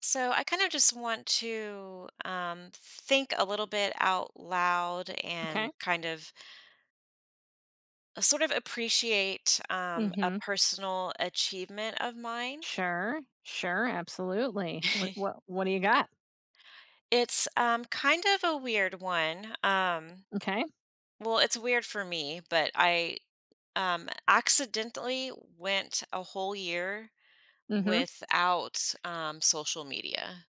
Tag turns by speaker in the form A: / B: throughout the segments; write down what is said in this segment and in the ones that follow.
A: So I kind of just want to think a little bit out loud
B: Okay.
A: and kind of sort of appreciate a
B: Mm-hmm.
A: personal achievement of mine.
B: Sure. Sure. Absolutely. What what what do you got?
A: It's kind of a weird one.
B: Okay.
A: Well, it's weird for me, but I accidentally went a whole year
B: Mm-hmm.
A: without social media.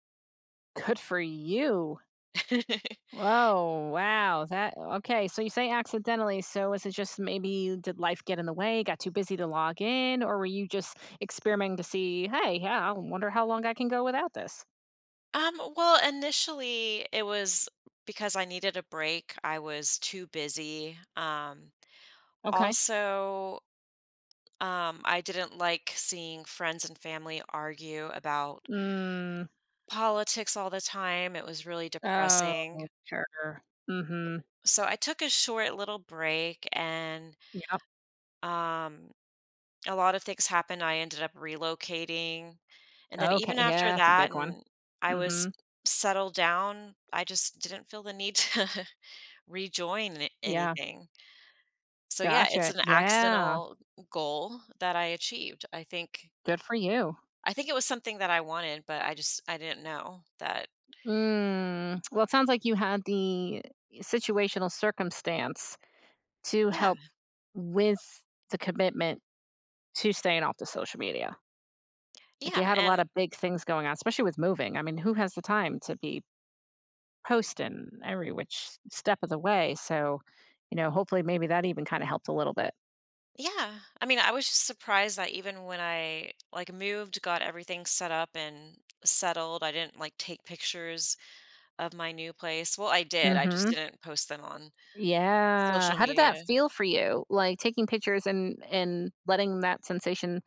B: Good for you. Oh wow. That okay. So you say accidentally. So is it just maybe did life get in the way? Got too busy to log in, or were you just experimenting to see? Hey, yeah. I wonder how long I can go without this.
A: Well, initially it was because I needed a break. I was too busy.
B: Okay.
A: Also, I didn't like seeing friends and family argue about
B: Mm.
A: politics all the time. It was really
B: Oh,
A: depressing.
B: sure. Mm-hmm.
A: So I took a short little break and
B: Yep.
A: um, a lot of things happened. I ended up relocating. And then
B: Okay.
A: even after
B: Yeah, that's a
A: that,
B: big one.
A: and I
B: Mm-hmm.
A: was settled down, I just didn't feel the need to rejoin a
B: Yeah.
A: anything. So, yeah, it's
B: Gotcha.
A: an
B: Yeah.
A: accidental goal that I achieved. I think
B: Good for you.
A: I think it was something that I wanted, but I didn't know that.
B: Mm, well, it sounds like you had the situational circumstance to
A: Yeah,
B: help with the commitment to staying off the social media. Like you
A: yeah,
B: had a lot
A: and
B: of big things going on, especially with moving. I mean, who has the time to be posting every which step of the way? So, you know, hopefully maybe that even kind of helped a little bit.
A: yeah. I mean, I was just surprised that even when I, like, moved, got everything set up and settled, I didn't, like, take pictures of my new place. Well, I did, I just
B: Mhm.
A: didn't post them on
B: Yeah.
A: social
B: How did that
A: media.
B: feel for you? Like taking pictures and letting that sensation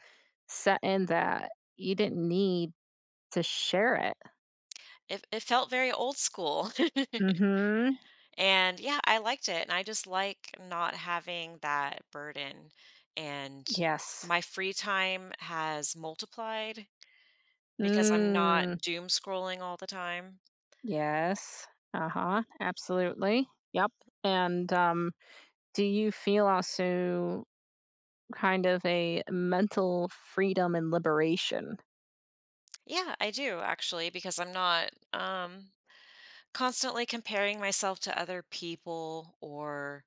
B: set in that you didn't need to share it.
A: It felt very old school.
B: Mhm.
A: And yeah, I liked it. And I just like not having that burden. And
B: Yes.
A: my free time has multiplied because I'm
B: Mm.
A: not doom scrolling all the time.
B: Yes. Uh-huh. Absolutely. Yep. And do you feel also kind of a mental freedom and liberation?
A: Yeah, I do actually, because I'm not constantly comparing myself to other people or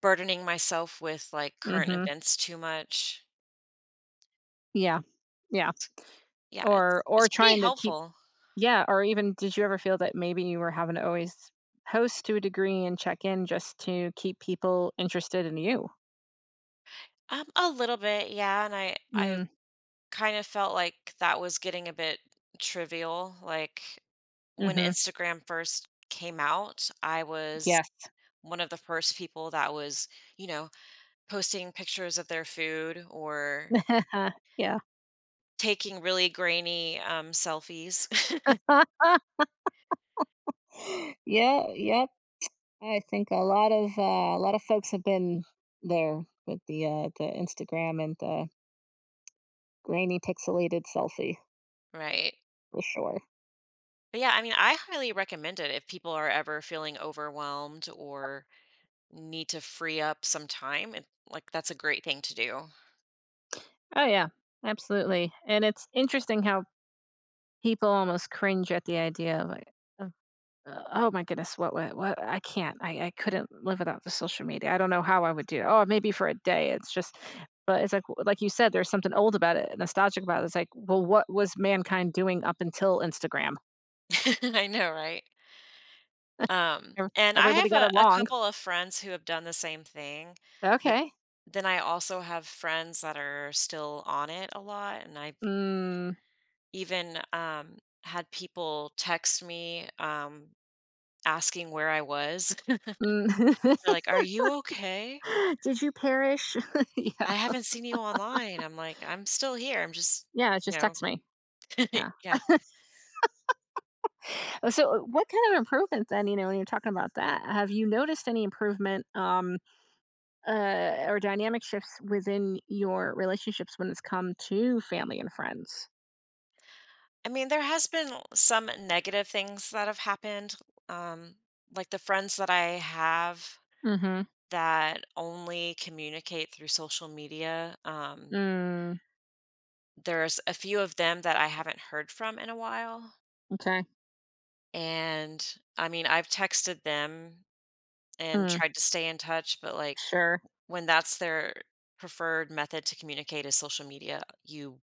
A: burdening myself with like current
B: Mhm.
A: events too much.
B: Yeah. Yeah.
A: Yeah, it's
B: Or
A: it's pretty
B: trying to keep
A: helpful.
B: yeah, or even did you ever feel that maybe you were having to always host to a degree and check in just to keep people interested in you?
A: A little bit, yeah. And I
B: Mm.
A: kind of felt like that was getting a bit trivial. Like when
B: Mhm.
A: Instagram first came out, I was
B: Yes.
A: one of the first people that was, you know, posting pictures of their food or
B: yeah.
A: taking really grainy selfies.
B: yeah, yeah. I think a lot of folks have been there with the Instagram and the grainy pixelated selfie
A: Right.
B: for sure.
A: But yeah, I mean, I highly recommend it if people are ever feeling overwhelmed or need to free up some time. It, like, that's a great thing to do.
B: Oh yeah, absolutely. And it's interesting how people almost cringe at the idea of like, of, oh my goodness, what, what? I can't, I couldn't live without the social media. I don't know how I would do it. Oh, maybe for a day. It's just, but it's like you said, there's something old about it, nostalgic about it. It's like, well, what was mankind doing up until Instagram?
A: I know, right?
B: Ev-
A: And I
B: Everybody
A: have
B: got
A: a
B: along.
A: couple of friends who have done the same thing, but
B: Okay.
A: then I also have friends that are still on it a lot, and I've
B: Mm,
A: even, had people text me, asking where I was. They're
B: mm.
A: like, "Are you okay?
B: Did you perish? Yeah.
A: I haven't seen you online." I'm like, "I'm still here, I'm just,"
B: Yeah,
A: you
B: just
A: know.
B: text me. Yeah.
A: Yeah.
B: Oh, so, what kind of improvement then, you know, when you're talking about that, have you noticed any improvement, or dynamic shifts within your relationships when it's come to family and friends?
A: I mean, there has been some negative things that have happened, um, like the friends that I have
B: Mhm.
A: that only communicate through social media.
B: Mm,
A: There's a few of them that I haven't heard from in a while.
B: okay.
A: And I mean, I've texted them and
B: Mm,
A: tried to stay in touch, but like
B: sure.
A: when that's their preferred method to communicate is social media, you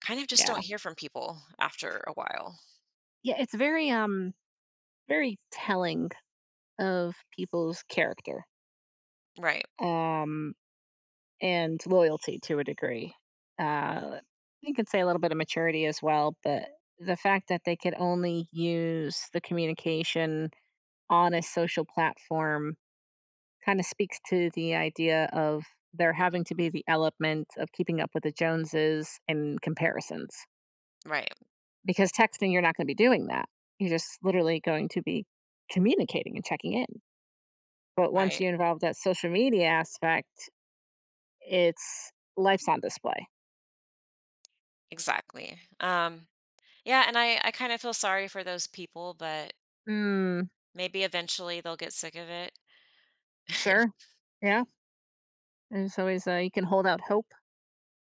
A: kind of just don't
B: Yeah.
A: hear from people after a while.
B: Yeah, it's very, very telling of people's character.
A: Right,
B: Um and loyalty to a degree. Uh, you could say a little bit of maturity as well, but the fact that they could only use the communication on a social platform kind of speaks to the idea of there having to be the element of keeping up with the Joneses and comparisons.
A: right,
B: Because texting, you're not going to be doing that. You're just literally going to be communicating and checking in. But once
A: right.
B: you involve that social media aspect, it's life's on display.
A: Exactly. Yeah, and I kind of feel sorry for those people, but
B: Mm,
A: maybe eventually they'll get sick of it.
B: sure. Yeah. And it's always you can hold out hope.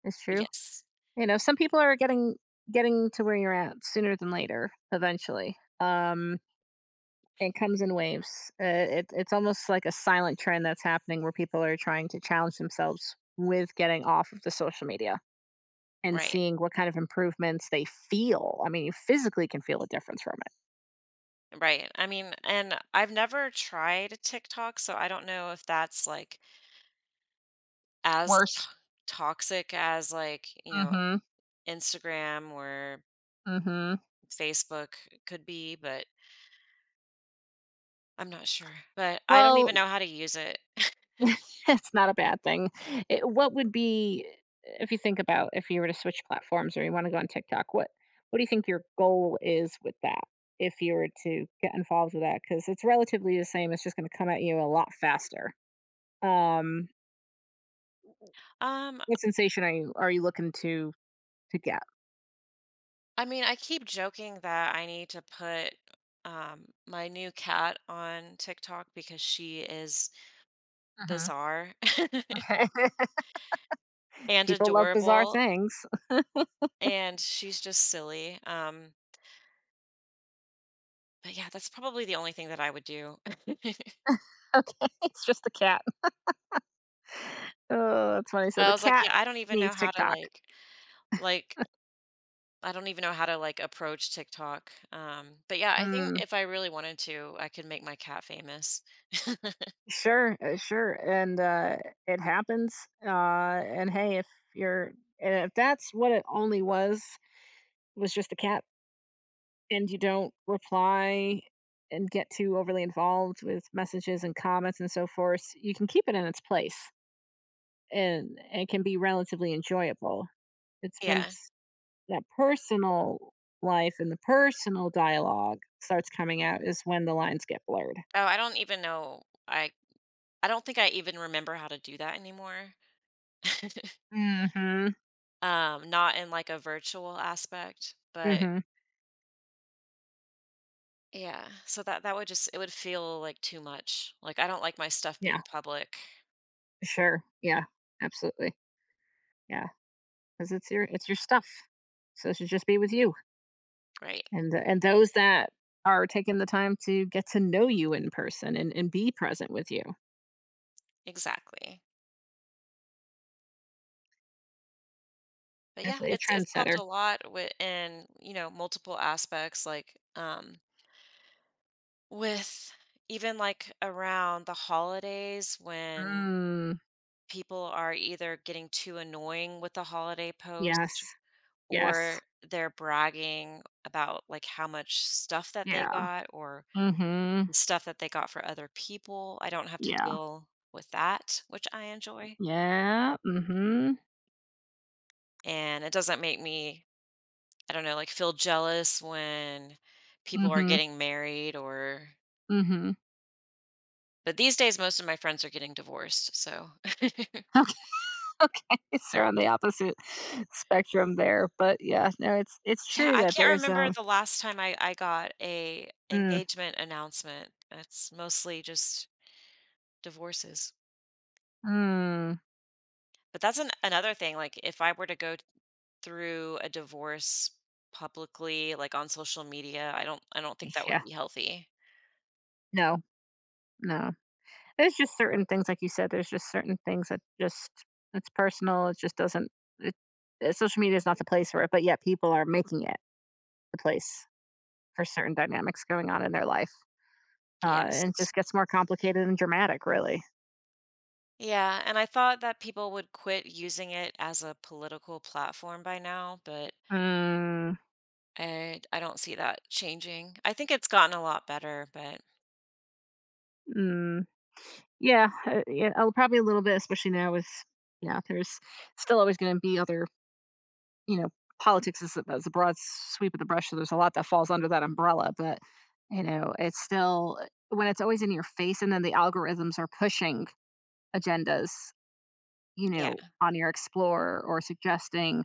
B: It's true.
A: Yes.
B: You know, some people are getting to where you're at sooner than later. Eventually, it comes in waves. It, it's almost like a silent trend that's happening where people are trying to challenge themselves with getting off of the social media and
A: Right.
B: seeing what kind of improvements they feel. I mean, you physically can feel a difference from it.
A: Right. I mean, and I've never tried TikTok, so I don't know if that's like as to
B: Worse.
A: toxic as like, you know,
B: Mm-hmm.
A: Instagram or
B: Hmm.
A: Facebook could be, but I'm not sure. But I don't
B: Well,
A: even know how to use it.
B: it's not a bad thing. It what would be if you think about if you were to switch platforms or you wanna go on TikTok, what do you think your goal is with that if you were to get involved with that, because it's relatively the same, it's just gonna come at you a lot faster. Um,
A: Um,
B: what sensation are you looking to get?
A: I mean, I keep joking that I need to put my new cat on TikTok because she is
B: Mhm,
A: bizarre
B: okay.
A: and
B: People love bizarre
A: adorable
B: things.
A: and she's just silly. But yeah, that's probably the only thing that I would do.
B: Okay, it's just the cat. Oh, that's funny. So
A: But I
B: the
A: was like,
B: cat
A: yeah, I don't even
B: needs
A: know how to
B: TikTok.
A: like I don't even know how to like approach TikTok. But yeah, I think
B: Mm.
A: if I really wanted to, I could make my cat famous.
B: Sure, sure, and, it happens, and, hey, if you're and if that's what it only was just a cat, and you don't reply and get too overly involved with messages and comments and so forth, you can keep it in its place, and it can be relatively enjoyable. It's when
A: Yeah.
B: it's that personal life and the personal dialogue starts coming out is when the lines get blurred.
A: Oh, I don't even know. I I don't think I even remember how to do that anymore.
B: Mhm,
A: Not in like a virtual aspect, but
B: mhm,
A: yeah. So that would just it would feel like too much. Like I don't like my stuff
B: yeah,
A: being public.
B: sure, yeah, absolutely. Yeah, because it's your stuff. So it should just be with you
A: Right.
B: and th and those that are taking the time to get to know you in person and be present with you.
A: Exactly. But yeah,
B: Definitely a
A: it's helped
B: trendsetter.
A: a lot with in, you know, multiple aspects, like, with even, like, around the holidays when
B: Mm,
A: people are either getting too annoying with the holiday
B: yes,
A: post
B: yes,
A: or they're bragging about, like, how much stuff that they
B: yeah,
A: got or
B: mm, mhm,
A: the stuff that they got for other people. I don't have to
B: yeah,
A: deal with that, which I enjoy,
B: yeah, mm, mhm,
A: and it doesn't make me I don't know, like, feel jealous when people are
B: mm,
A: getting married or
B: mhm, mm, mhm.
A: but these days, most of my friends are getting divorced, so
B: Okay, okay, so on the opposite spectrum there, but yeah, no, it's
A: Yeah,
B: true
A: I
B: that
A: can't
B: there's,
A: remember
B: um
A: the last time I got a
B: mm,
A: engagement announcement. It's mostly just divorces.
B: mm,
A: But that's an another thing, like, if I were to go through a divorce publicly, like, on social media, I don't think that would
B: yeah,
A: be healthy.
B: no, no. There's just certain things, like you said, there's just certain things that just it's personal. It just doesn't. It, social media is not the place for it, but yet people are making it the place for certain dynamics going on in their life, and it
A: Yes.
B: just gets more complicated and dramatic, really.
A: Yeah, and I thought that people would quit using it as a political platform by now, but
B: Mm,
A: I don't see that changing. I think it's gotten a lot better, but
B: mm, yeah, yeah, probably a little bit, especially now with yeah. There's still always going to be other you know, politics is a broad sweep of the brush, so there's a lot that falls under that umbrella, but, you know, it's still when it's always in your face and then the algorithms are pushing agendas, you
A: yeah,
B: know, on your Explorer or suggesting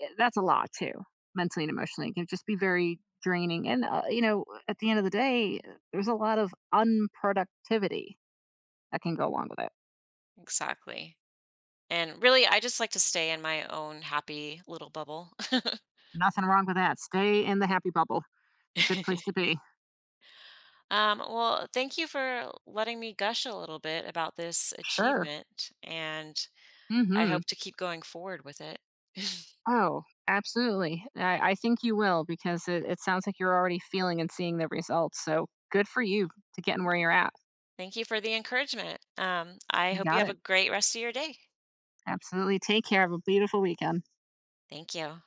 B: eh, that's a lot too, mentally and emotionally. It can just be very draining, and, you know, at the end of the day, there's a lot of unproductivity that can go along with it.
A: exactly. And really, I just like to stay in my own happy little bubble.
B: Nothing wrong with that. Stay in the happy bubble. It's a good place to be.
A: Well, thank you for letting me gush a little bit about this
B: Sure.
A: achievement, and I
B: Mhm.
A: hope to keep going forward with it.
B: Oh, absolutely. I think you will because it sounds like you're already feeling and seeing the results. So good for you to getting where you're at.
A: Thank you for the encouragement. I
B: You
A: hope you
B: got
A: have
B: it.
A: a great rest of your day.
B: Absolutely. Take care. Have a beautiful weekend.
A: Thank you.